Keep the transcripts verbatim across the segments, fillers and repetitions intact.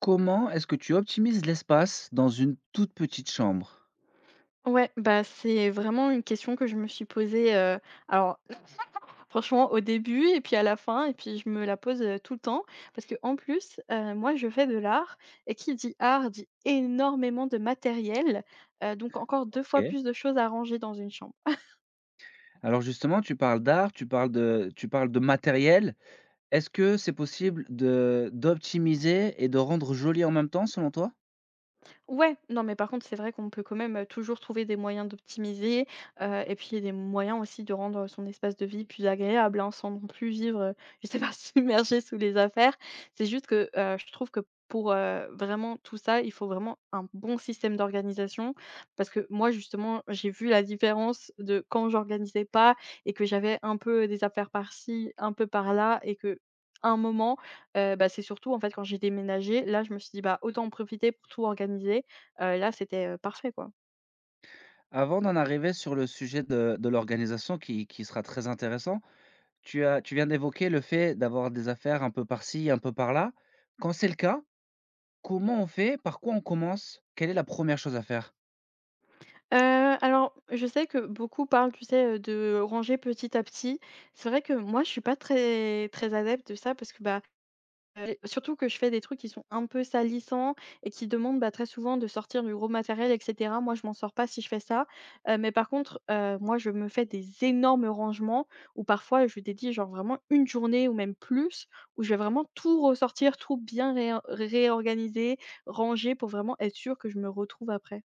Comment est-ce que tu optimises l'espace dans une toute petite chambre? Ouais, bah, c'est vraiment une question que je me suis posée, heu, alors franchement au début et puis à la fin et puis je me la pose, heu, tout le temps parce que en plus, heu, moi je fais de l'art et qui dit art dit énormément de matériel, heu, donc encore deux fois OK. plus de choses à ranger dans une chambre. Alors justement, tu parles d'art, tu parles de tu parles de matériel. Est-ce que c'est possible de d'optimiser et de rendre joli en même temps, selon toi? Ouais, non, mais par contre, c'est vrai qu'on peut quand même, heu, toujours trouver des moyens d'optimiser, heu, et puis des moyens aussi de rendre son espace de vie plus agréable, hein, sans non plus vivre, heu, je sais pas, submergé sous les affaires. C'est juste que, heu, je trouve que pour, heu, vraiment tout ça, il faut vraiment un bon système d'organisation. Parce que moi, justement, j'ai vu la différence de quand j'organisais pas et que j'avais un peu des affaires par-ci, un peu par-là et que un moment Heu, bah, c'est surtout, en fait, quand j'ai déménagé, là, je me suis dit: «Bah, autant en profiter pour tout organiser». Heu, là, c'était, heu, parfait, quoi. Avant d'en arriver sur le sujet de de l'organisation qui qui sera très intéressant, tu as tu viens d'évoquer le fait d'avoir des affaires un peu par-ci, un peu par-là. Quand c'est le cas, comment on fait? Par quoi on commence? Quelle est la première chose à faire? Heu, alors, je sais que beaucoup parlent, tu sais, heu, de ranger petit à petit. C'est vrai que moi, je suis pas très très adepte de ça parce que, bah, Heu, surtout que je fais des trucs qui sont un peu salissants et qui demandent, bah, très souvent de sortir du gros matériel et cetera. Moi, je m'en sors pas si je fais ça, heu, mais par contre, heu, moi, je me fais des énormes rangements où parfois je dédie genre vraiment une journée ou même plus, où je vais vraiment tout ressortir, tout bien réor réorganiser, ranger pour vraiment être sûr que je me retrouve après.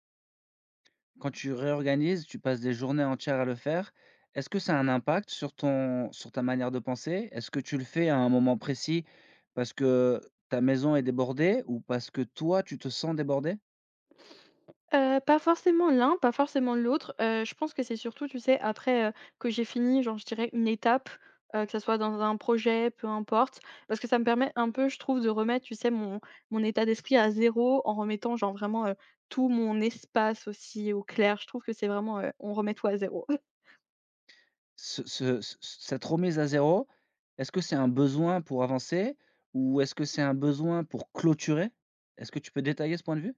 Quand tu réorganises, tu passes des journées entières à le faire. Est-ce que ça a un impact sur ton sur ta manière de penser? Est-ce que tu le fais à un moment précis parce que ta maison est débordée ou parce que toi, tu te sens débordé? Heu, pas forcément l'un, pas forcément l'autre. Heu, je pense que c'est surtout, tu sais, après, heu, que j'ai fini, genre, je dirais une étape, heu, que ça soit dans un projet, peu importe, parce que ça me permet un peu, je trouve, de remettre, tu sais, mon mon état d'esprit à zéro en remettant, genre, vraiment, heu, tout mon espace aussi au clair. Je trouve que c'est vraiment, heu, on remet tout à zéro. Ce ce ce cette remise à zéro, est-ce que c'est un besoin pour avancer ou est-ce que c'est un besoin pour clôturer? Est-ce que tu peux détailler ce point de vue?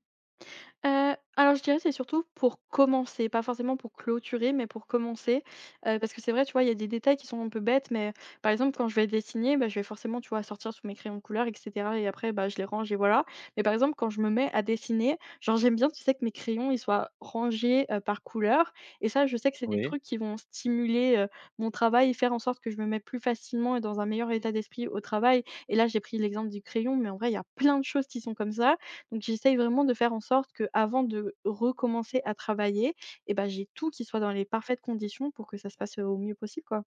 Heu, alors je dirais c'est surtout pour commencer, pas forcément pour clôturer, mais pour commencer, heu, parce que c'est vrai, tu vois, il y a des détails qui sont un peu bêtes, mais par exemple, quand je vais dessiner, bah, je vais forcément, tu vois, sortir tous mes crayons de couleur et cetera et après, bah, je les range et voilà. Mais par exemple, quand je me mets à dessiner, genre j'aime bien, tu sais, que mes crayons, ils soient rangés, heu, par couleur et ça, je sais que c'est des Oui. trucs qui vont stimuler, heu, mon travail et faire en sorte que je me mette plus facilement et dans un meilleur état d'esprit au travail et là, j'ai pris l'exemple du crayon, mais en vrai, il y a plein de choses qui sont comme ça donc j'essaye vraiment de faire en sorte que avant de recommencer à travailler eh ben j'ai tout qui soit dans les parfaites conditions pour que ça se passe, heu, au mieux possible, quoi.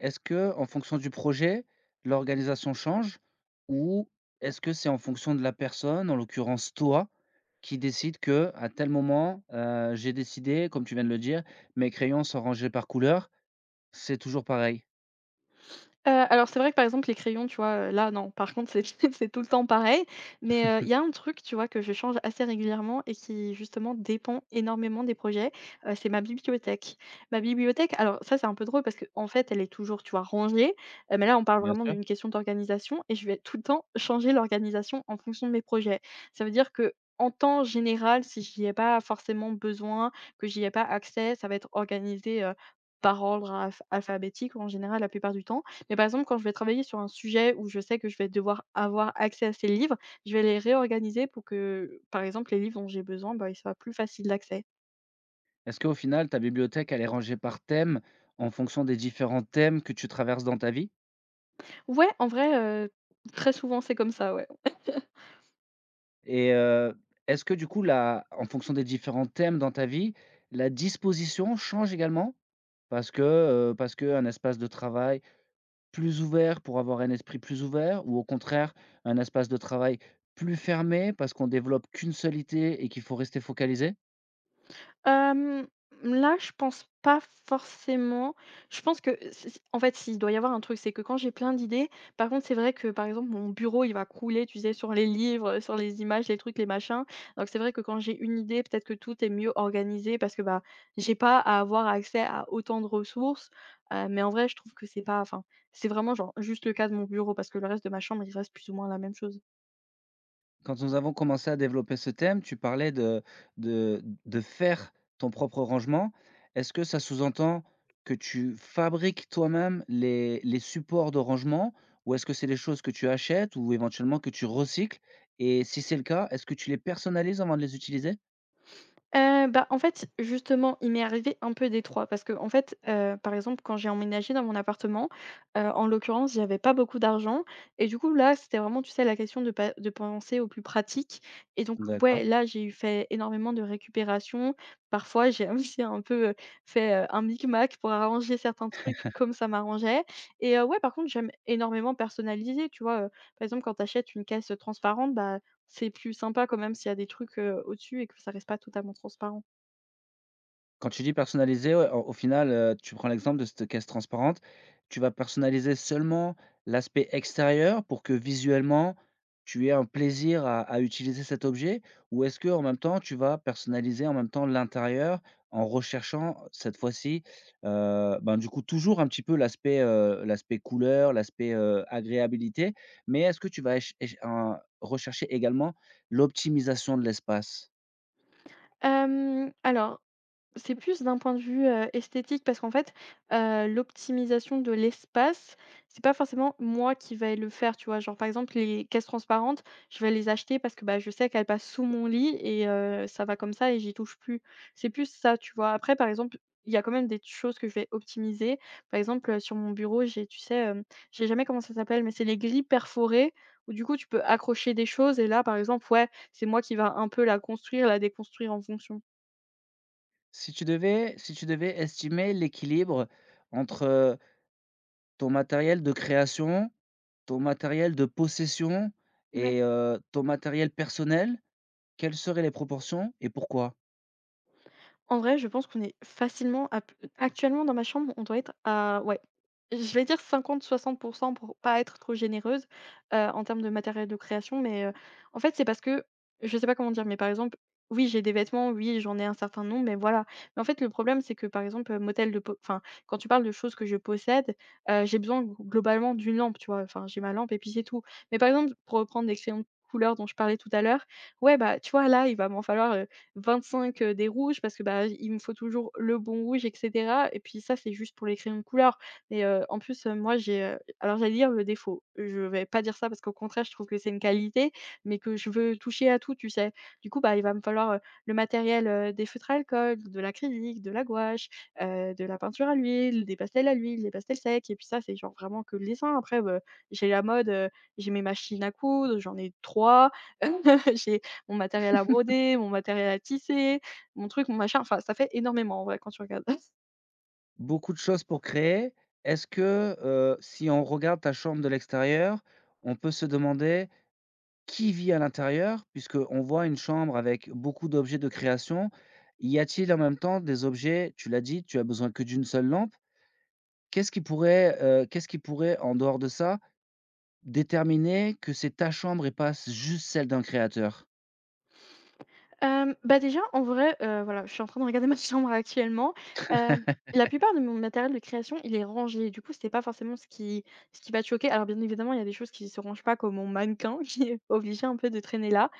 Est-ce que, en fonction du projet, l'organisation change ou est-ce que c'est en fonction de la personne, en l'occurrence toi, qui décide que, à tel moment, heu, j'ai décidé, comme tu viens de le dire, mes crayons sont rangés par couleur, c'est toujours pareil? Heu, alors c'est vrai que par exemple les crayons, tu vois, heu, là non, par contre c'est c'est tout le temps pareil, mais, heu, il y a un truc, tu vois, que je change assez régulièrement et qui justement dépend énormément des projets, heu, c'est ma bibliothèque. Ma bibliothèque, alors ça c'est un peu drôle parce qu'en fait elle est toujours, tu vois, rangée, heu, mais là on parle Bien vraiment sûr. d'une question d'organisation et je vais tout le temps changer l'organisation en fonction de mes projets. Ça veut dire que en temps général, si j'y ai pas forcément besoin, que j'y ai pas accès, ça va être organisé, heu, par ordre alph alphabétique en général la plupart du temps. Mais par exemple, quand je vais travailler sur un sujet où je sais que je vais devoir avoir accès à ces livres, je vais les réorganiser pour que, par exemple, les livres dont j'ai besoin, bah, ils soient plus faciles d'accès. Est-ce qu'au final, ta bibliothèque, elle est rangée par thème, en fonction des différents thèmes que tu traverses dans ta vie? Ouais, en vrai, heu, très souvent, c'est comme ça, ouais. Et heu, est-ce que du coup la en fonction des différents thèmes dans ta vie, la disposition change également? Parce que, heu, parce que un espace de travail plus ouvert pour avoir un esprit plus ouvert ou au contraire un espace de travail plus fermé parce qu'on développe qu'une seule idée et qu'il faut rester focalisé? Hem, Là, je pense pas forcément. Je pense que si si en fait, s'il doit y avoir un truc, c'est que quand j'ai plein d'idées, par contre, c'est vrai que, par exemple, mon bureau, il va crouler, tu sais, sur les livres, sur les images, les trucs, les machins. Donc c'est vrai que quand j'ai une idée, peut-être que tout est mieux organisé parce que, bah, j'ai pas à avoir accès à autant de ressources. Heu, mais en vrai, je trouve que c'est pas enfin, c'est vraiment genre juste le cas de mon bureau parce que le reste de ma chambre, il reste plus ou moins la même chose. Quand nous avons commencé à développer ce thème, tu parlais de de de faire ton propre rangement. Est-ce que ça sous-entend que tu fabriques toi-même les les supports de rangement? Ou est-ce que c'est des choses que tu achètes ou éventuellement que tu recycles? Et si c'est le cas, est-ce que tu les personnalises avant de les utiliser? Heu, bah, en fait, justement, il m'est arrivé un peu des trois, parce que en fait, heu, par exemple, quand j'ai emménagé dans mon appartement, heu, en l'occurrence, j'avais pas beaucoup d'argent et du coup, là, c'était vraiment, tu sais, la question de pa de penser au plus pratique et donc D'accord. ouais, là, j'ai eu fait énormément de récupération. Parfois, j'ai aussi un peu, heu, fait, heu, un micmac pour arranger certains trucs comme ça m'arrangeait et heu, ouais, par contre, j'aime énormément personnaliser, tu vois? Heu, par exemple, quand tu achètes une caisse transparente, bah, c'est plus sympa quand même s'il y a des trucs, heu, au-dessus et que ça reste pas totalement transparent. Quand tu dis personnaliser, ouais, au au final, heu, tu prends l'exemple de cette caisse transparente, tu vas personnaliser seulement l'aspect extérieur pour que visuellement, tu aies un plaisir à à utiliser cet objet? Ou est-ce que en même temps, tu vas personnaliser en même temps l'intérieur en recherchant cette fois-ci, heu, ben, du coup toujours un petit peu l'aspect, heu, l'aspect couleur, l'aspect, heu, agréabilité, mais est-ce que tu vas éch éch en rechercher également l'optimisation de l'espace? Hem, alors c'est plus d'un point de vue, heu, esthétique parce qu'en fait, heu, l'optimisation de l'espace, c'est pas forcément moi qui vais le faire, tu vois? Genre, par exemple, les caisses transparentes, je vais les acheter parce que, bah, je sais qu'elles passent sous mon lit et heu, ça va comme ça et j'y touche plus. C'est plus ça, tu vois? Après, par exemple, il y a quand même des choses que je vais optimiser. Par exemple, heu, sur mon bureau, j'ai tu sais, hem, je jamais comment ça s'appelle, mais c'est les grilles perforées où du coup tu peux accrocher des choses et là, par exemple, ouais, c'est moi qui va un peu la construire, la déconstruire en fonction. Si tu devais si tu devais estimer l'équilibre entre, heu, ton matériel de création, ton matériel de possession Ouais. et heu, ton matériel personnel, quelles seraient les proportions et pourquoi? En vrai, je pense qu'on est facilement à p actuellement dans ma chambre, on doit être à ouais, je vais dire cinquante soixante pour cent pour pas être trop généreuse, heu, en termes de matériel de création, mais heu, en fait, c'est parce que je sais pas comment dire, mais par exemple, oui, j'ai des vêtements, oui, j'en ai un certain nombre, mais voilà. Mais en fait, le problème, c'est que, par exemple, heu, motel de po enfin, quand tu parles de choses que je possède, heu, j'ai besoin glo globalement d'une lampe, tu vois? Enfin, j'ai ma lampe et puis c'est tout. Mais par exemple, pour reprendre l'excellente couleur dont je parlais tout à l'heure, ouais, bah, tu vois, là, il va m'en falloir, vingt-cinq, heu, des rouges parce que, bah, il me faut toujours le bon rouge et cetera et puis ça, c'est juste pour les crayons de couleur mais, heu, en plus, heu, moi, j'ai, heu alors j'allais dire le défaut, je vais pas dire ça parce qu'au contraire, je trouve que c'est une qualité, mais que je veux toucher à tout, tu sais? Du coup, bah, il va me falloir, heu, le matériel, heu, des feutres à alcool, de l'acrylique, de la gouache, heu, de la peinture à l'huile, des pastels à l'huile, des pastels secs et puis ça, c'est genre vraiment que le dessin. Après, heu, j'ai la mode, heu, j'ai mes machines à coudre, j'en ai trois j'ai mon matériel à broder, mon matériel à tisser, mon truc, mon machin, enfin ça fait énormément en vrai quand tu regardes. Beaucoup de choses pour créer. Est-ce que, heu, si on regarde ta chambre de l'extérieur, on peut se demander qui vit à l'intérieur? Puisqu'on voit une chambre avec beaucoup d'objets de création. Y a-t-il en même temps des objets tu l'as dit, tu as besoin que d'une seule lampe. Qu'est-ce qui pourrait, heu, qu'est-ce qui pourrait, en dehors de ça, déterminer que c'est ta chambre et pas s juste celle d'un créateur? Hem, bah, déjà en vrai, heu, voilà, je suis en train de regarder ma chambre actuellement. Hem, la plupart de mon matériel de création, il est rangé. Du coup, c'était pas forcément ce qui ce qui va te choquer. Alors bien évidemment, il y a des choses qui se rangent pas comme mon mannequin qui est obligé un peu de traîner là.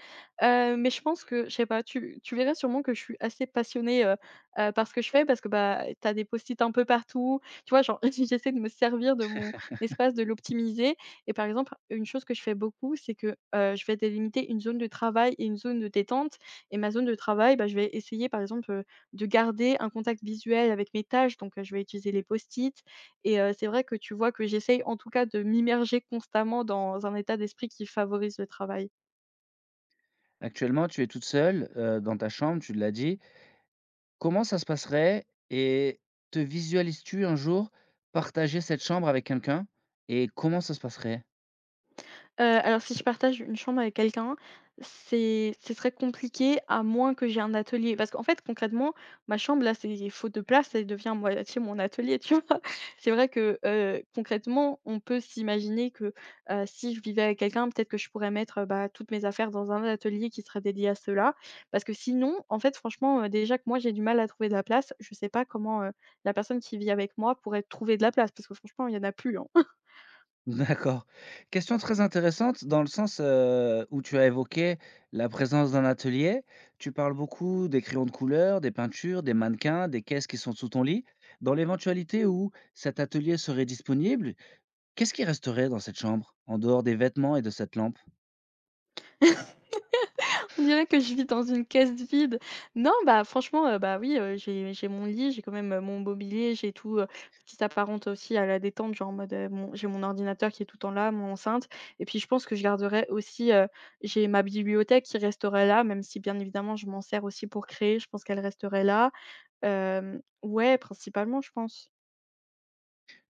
Heu, mais je pense que je sais pas, tu tu verrais sûrement que je suis assez passionnée, heu heu, par ce que je fais parce que, bah, tu as des post-it un peu partout. Tu vois, genre, j'essaie de me servir de mon espace, de l'optimiser et par exemple, une chose que je fais beaucoup, c'est que, heu, je vais délimiter une zone de travail et une zone de détente et ma zone de travail, bah, je vais essayer, par exemple, heu, de garder un contact visuel avec mes tâches donc heu, je vais utiliser les post-it et heu, c'est vrai que tu vois que j'essaye en tout cas de m'immerger constamment dans un état d'esprit qui favorise le travail. Actuellement, tu es toute seule, heu, dans ta chambre, tu l'as dit. Comment ça se passerait et te visualises-tu un jour partager cette chambre avec quelqu'un et comment ça se passerait? Heu, alors si je partage une chambre avec quelqu'un, c'est ce serait compliqué à moins que j'ai un atelier. Parce qu'en fait, concrètement, ma chambre là, c'est faute de place, elle devient à moitié mon atelier, tu vois? C'est vrai que, heu, concrètement, on peut s'imaginer que, heu, si je vivais avec quelqu'un, peut-être que je pourrais mettre, heu, bah, toutes mes affaires dans un atelier qui serait dédié à cela. Parce que sinon, en fait, franchement, heu, déjà que moi, j'ai du mal à trouver de la place, je sais pas comment, heu, la personne qui vit avec moi pourrait trouver de la place parce que franchement, il y en a plus, hein. D'accord. Question très intéressante dans le sens, heu, où tu as évoqué la présence d'un atelier. Tu parles beaucoup des crayons de couleur, des peintures, des mannequins, des caisses qui sont sous ton lit. Dans l'éventualité où cet atelier serait disponible, qu'est-ce qui resterait dans cette chambre, en dehors des vêtements et de cette lampe? On dirait que je vis dans une caisse vide. Non, bah, franchement, heu, bah, oui, heu, j'ai j'ai mon lit, j'ai quand même, heu, mon mobilier, j'ai tout, heu, ce qui s'apparente aussi à la détente, genre en mode, heu, mon j'ai mon ordinateur qui est tout le temps là, mon enceinte et puis je pense que je garderai aussi, heu, j'ai ma bibliothèque qui resterait là, même si bien évidemment je m'en sers aussi pour créer, je pense qu'elle resterait là. Hem, ouais, principalement, je pense.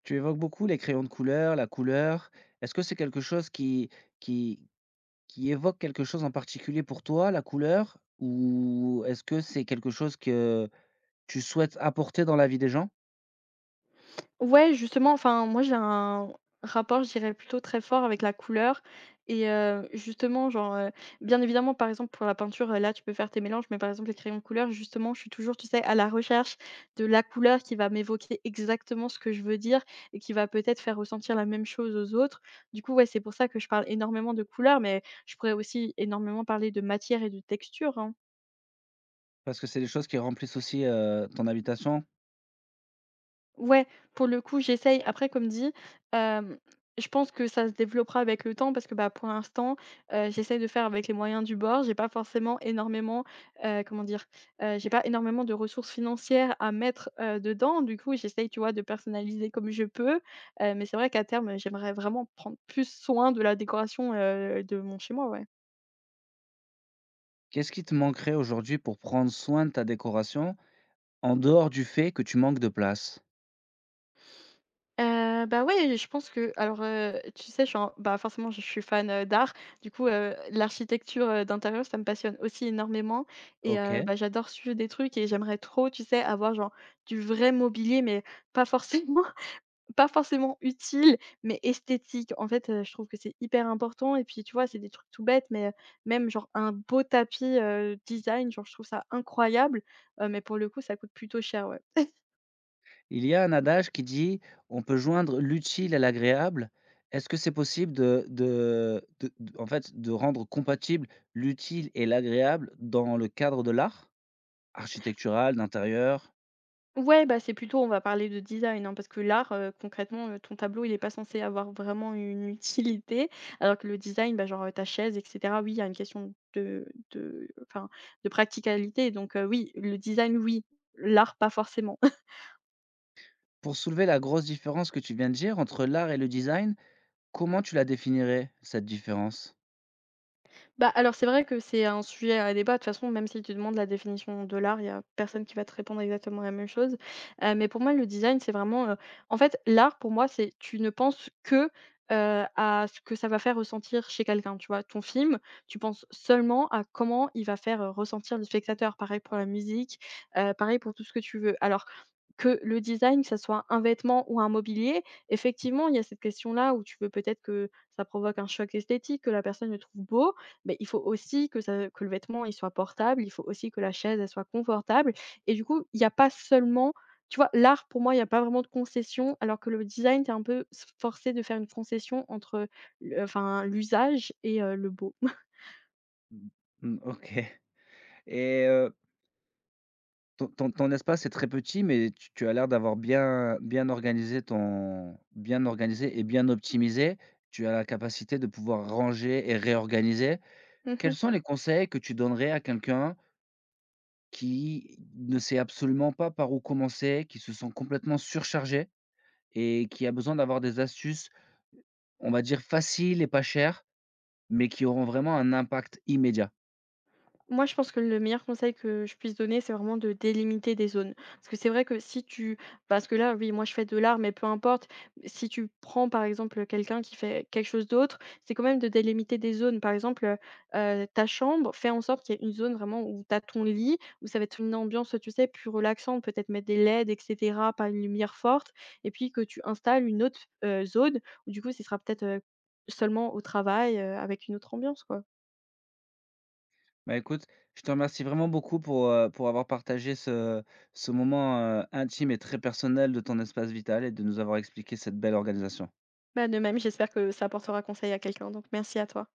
Tu évoques beaucoup les crayons de couleur, la couleur. Est-ce que c'est quelque chose qui qui qui évoque quelque chose en particulier pour toi, la couleur? Ou est-ce que c'est quelque chose que tu souhaites apporter dans la vie des gens? Ouais, justement, enfin, moi, j'ai un rapport, je dirais, plutôt très fort avec la couleur et heu, justement, genre, heu, bien évidemment, par exemple, pour la peinture, heu, là, tu peux faire tes mélanges, mais par exemple, les crayons de couleur, justement, je suis toujours, tu sais, à la recherche de la couleur qui va m'évoquer exactement ce que je veux dire et qui va peut-être faire ressentir la même chose aux autres. Du coup, ouais, c'est pour ça que je parle énormément de couleurs, mais je pourrais aussi énormément parler de matière et de texture, hein. Parce que c'est des choses qui remplissent aussi, heu, ton habitation. Ouais, pour le coup, j'essaye. Après, comme dit, hem, je pense que ça se développera avec le temps parce que, bah, pour l'instant, heu, j'essaie de faire avec les moyens du bord. J'ai pas forcément énormément, heu, comment dire? Heu, j'ai pas énormément de ressources financières à mettre, heu, dedans. Du coup, j'essaye, tu vois, de personnaliser comme je peux, heu, mais c'est vrai qu'à terme, j'aimerais vraiment prendre plus soin de la décoration, heu, de mon chez moi, ouais. Qu'est-ce qui te manquerait aujourd'hui pour prendre soin de ta décoration, en dehors du fait que tu manques de place? Heu, bah, ouais, je pense que alors, heu, tu sais, je suis en bah, forcément, je suis fan, heu, d'art. Du coup, heu, l'architecture, heu, d'intérieur, ça me passionne aussi énormément et heu, OK. bah, j'adore suivre des trucs et j'aimerais trop, tu sais, avoir genre du vrai mobilier, mais pas forcément pas forcément utile, mais esthétique. En fait, heu, je trouve que c'est hyper important et puis, tu vois, c'est des trucs tout bêtes, mais, heu, même genre un beau tapis, heu, design, genre, je trouve ça incroyable, heu, mais pour le coup, ça coûte plutôt cher, ouais. Il y a un adage qui dit: «On peut joindre l'utile à l'agréable». Est-ce que c'est possible de de de d en fait, de rendre compatible l'utile et l'agréable dans le cadre de l'art? Architectural, d'intérieur? Ouais, bah, c'est plutôt on va parler de design, hein, parce que l'art, heu, concrètement, heu, ton tableau, il est pas censé avoir vraiment une utilité, alors que le design, bah, genre, heu, ta chaise et cetera, oui, il y a une question de de enfin, de practicalité donc heu, oui, le design, oui, l'art, pas forcément. Pour soulever la grosse différence que tu viens de dire entre l'art et le design, comment tu la définirais, cette différence? Bah, alors c'est vrai que c'est un sujet à débat. De toute façon, même si tu demandes la définition de l'art, il y a personne qui va te répondre exactement la même chose. Heu, mais pour moi, le design, c'est vraiment, heu, en fait, l'art pour moi, c'est tu ne penses que, heu, à ce que ça va faire ressentir chez quelqu'un, tu vois? Ton film, tu penses seulement à comment il va faire, heu, ressentir le spectateur. Pareil pour la musique, heu, pareil pour tout ce que tu veux. Alors que le design, que ça soit un vêtement ou un mobilier, effectivement, il y a cette question-là où tu veux peut-être que ça provoque un choc esthétique, que la personne le trouve beau. Mais il faut aussi que ça que le vêtement, il soit portable, il faut aussi que la chaise, elle soit confortable et du coup, il n'y a pas seulement tu vois, l'art pour moi, il n'y a pas vraiment de concession alors que le design, tu un peu s forcé de faire une concession entre le enfin, l'usage et heu, le beau. Mmh, OK et heu Ton ton ton espace est très petit, mais tu tu as l'air d'avoir bien bien organisé ton bien organisé et bien optimisé. Tu as la capacité de pouvoir ranger et réorganiser. Quels Mmh. sont les conseils que tu donnerais à quelqu'un qui ne sait absolument pas par où commencer, qui se sent complètement surchargé et qui a besoin d'avoir des astuces, on va dire faciles et pas chères, mais qui auront vraiment un impact immédiat? Moi, je pense que le meilleur conseil que je puisse donner, c'est vraiment de délimiter des zones. Parce que c'est vrai que si tu. Parce que là, oui, moi, je fais de l'art, mais peu importe. Si tu prends, par exemple, quelqu'un qui fait quelque chose d'autre, c'est quand même de délimiter des zones. Par exemple, euh, ta chambre, fais en sorte qu'il y ait une zone vraiment où tu as ton lit, où ça va être une ambiance, tu sais, plus relaxante, peut-être mettre des L E D, et cetera, pas une lumière forte. Et puis que tu installes une autre euh, zone, où du coup, ce sera peut-être euh, seulement au travail, euh, avec une autre ambiance, quoi. Bah, écoute, je te remercie vraiment beaucoup pour, heu, pour avoir partagé ce ce moment, heu, intime et très personnel de ton espace vital et de nous avoir expliqué cette belle organisation. Bah, de même, j'espère que ça apportera conseil à quelqu'un, donc merci à toi.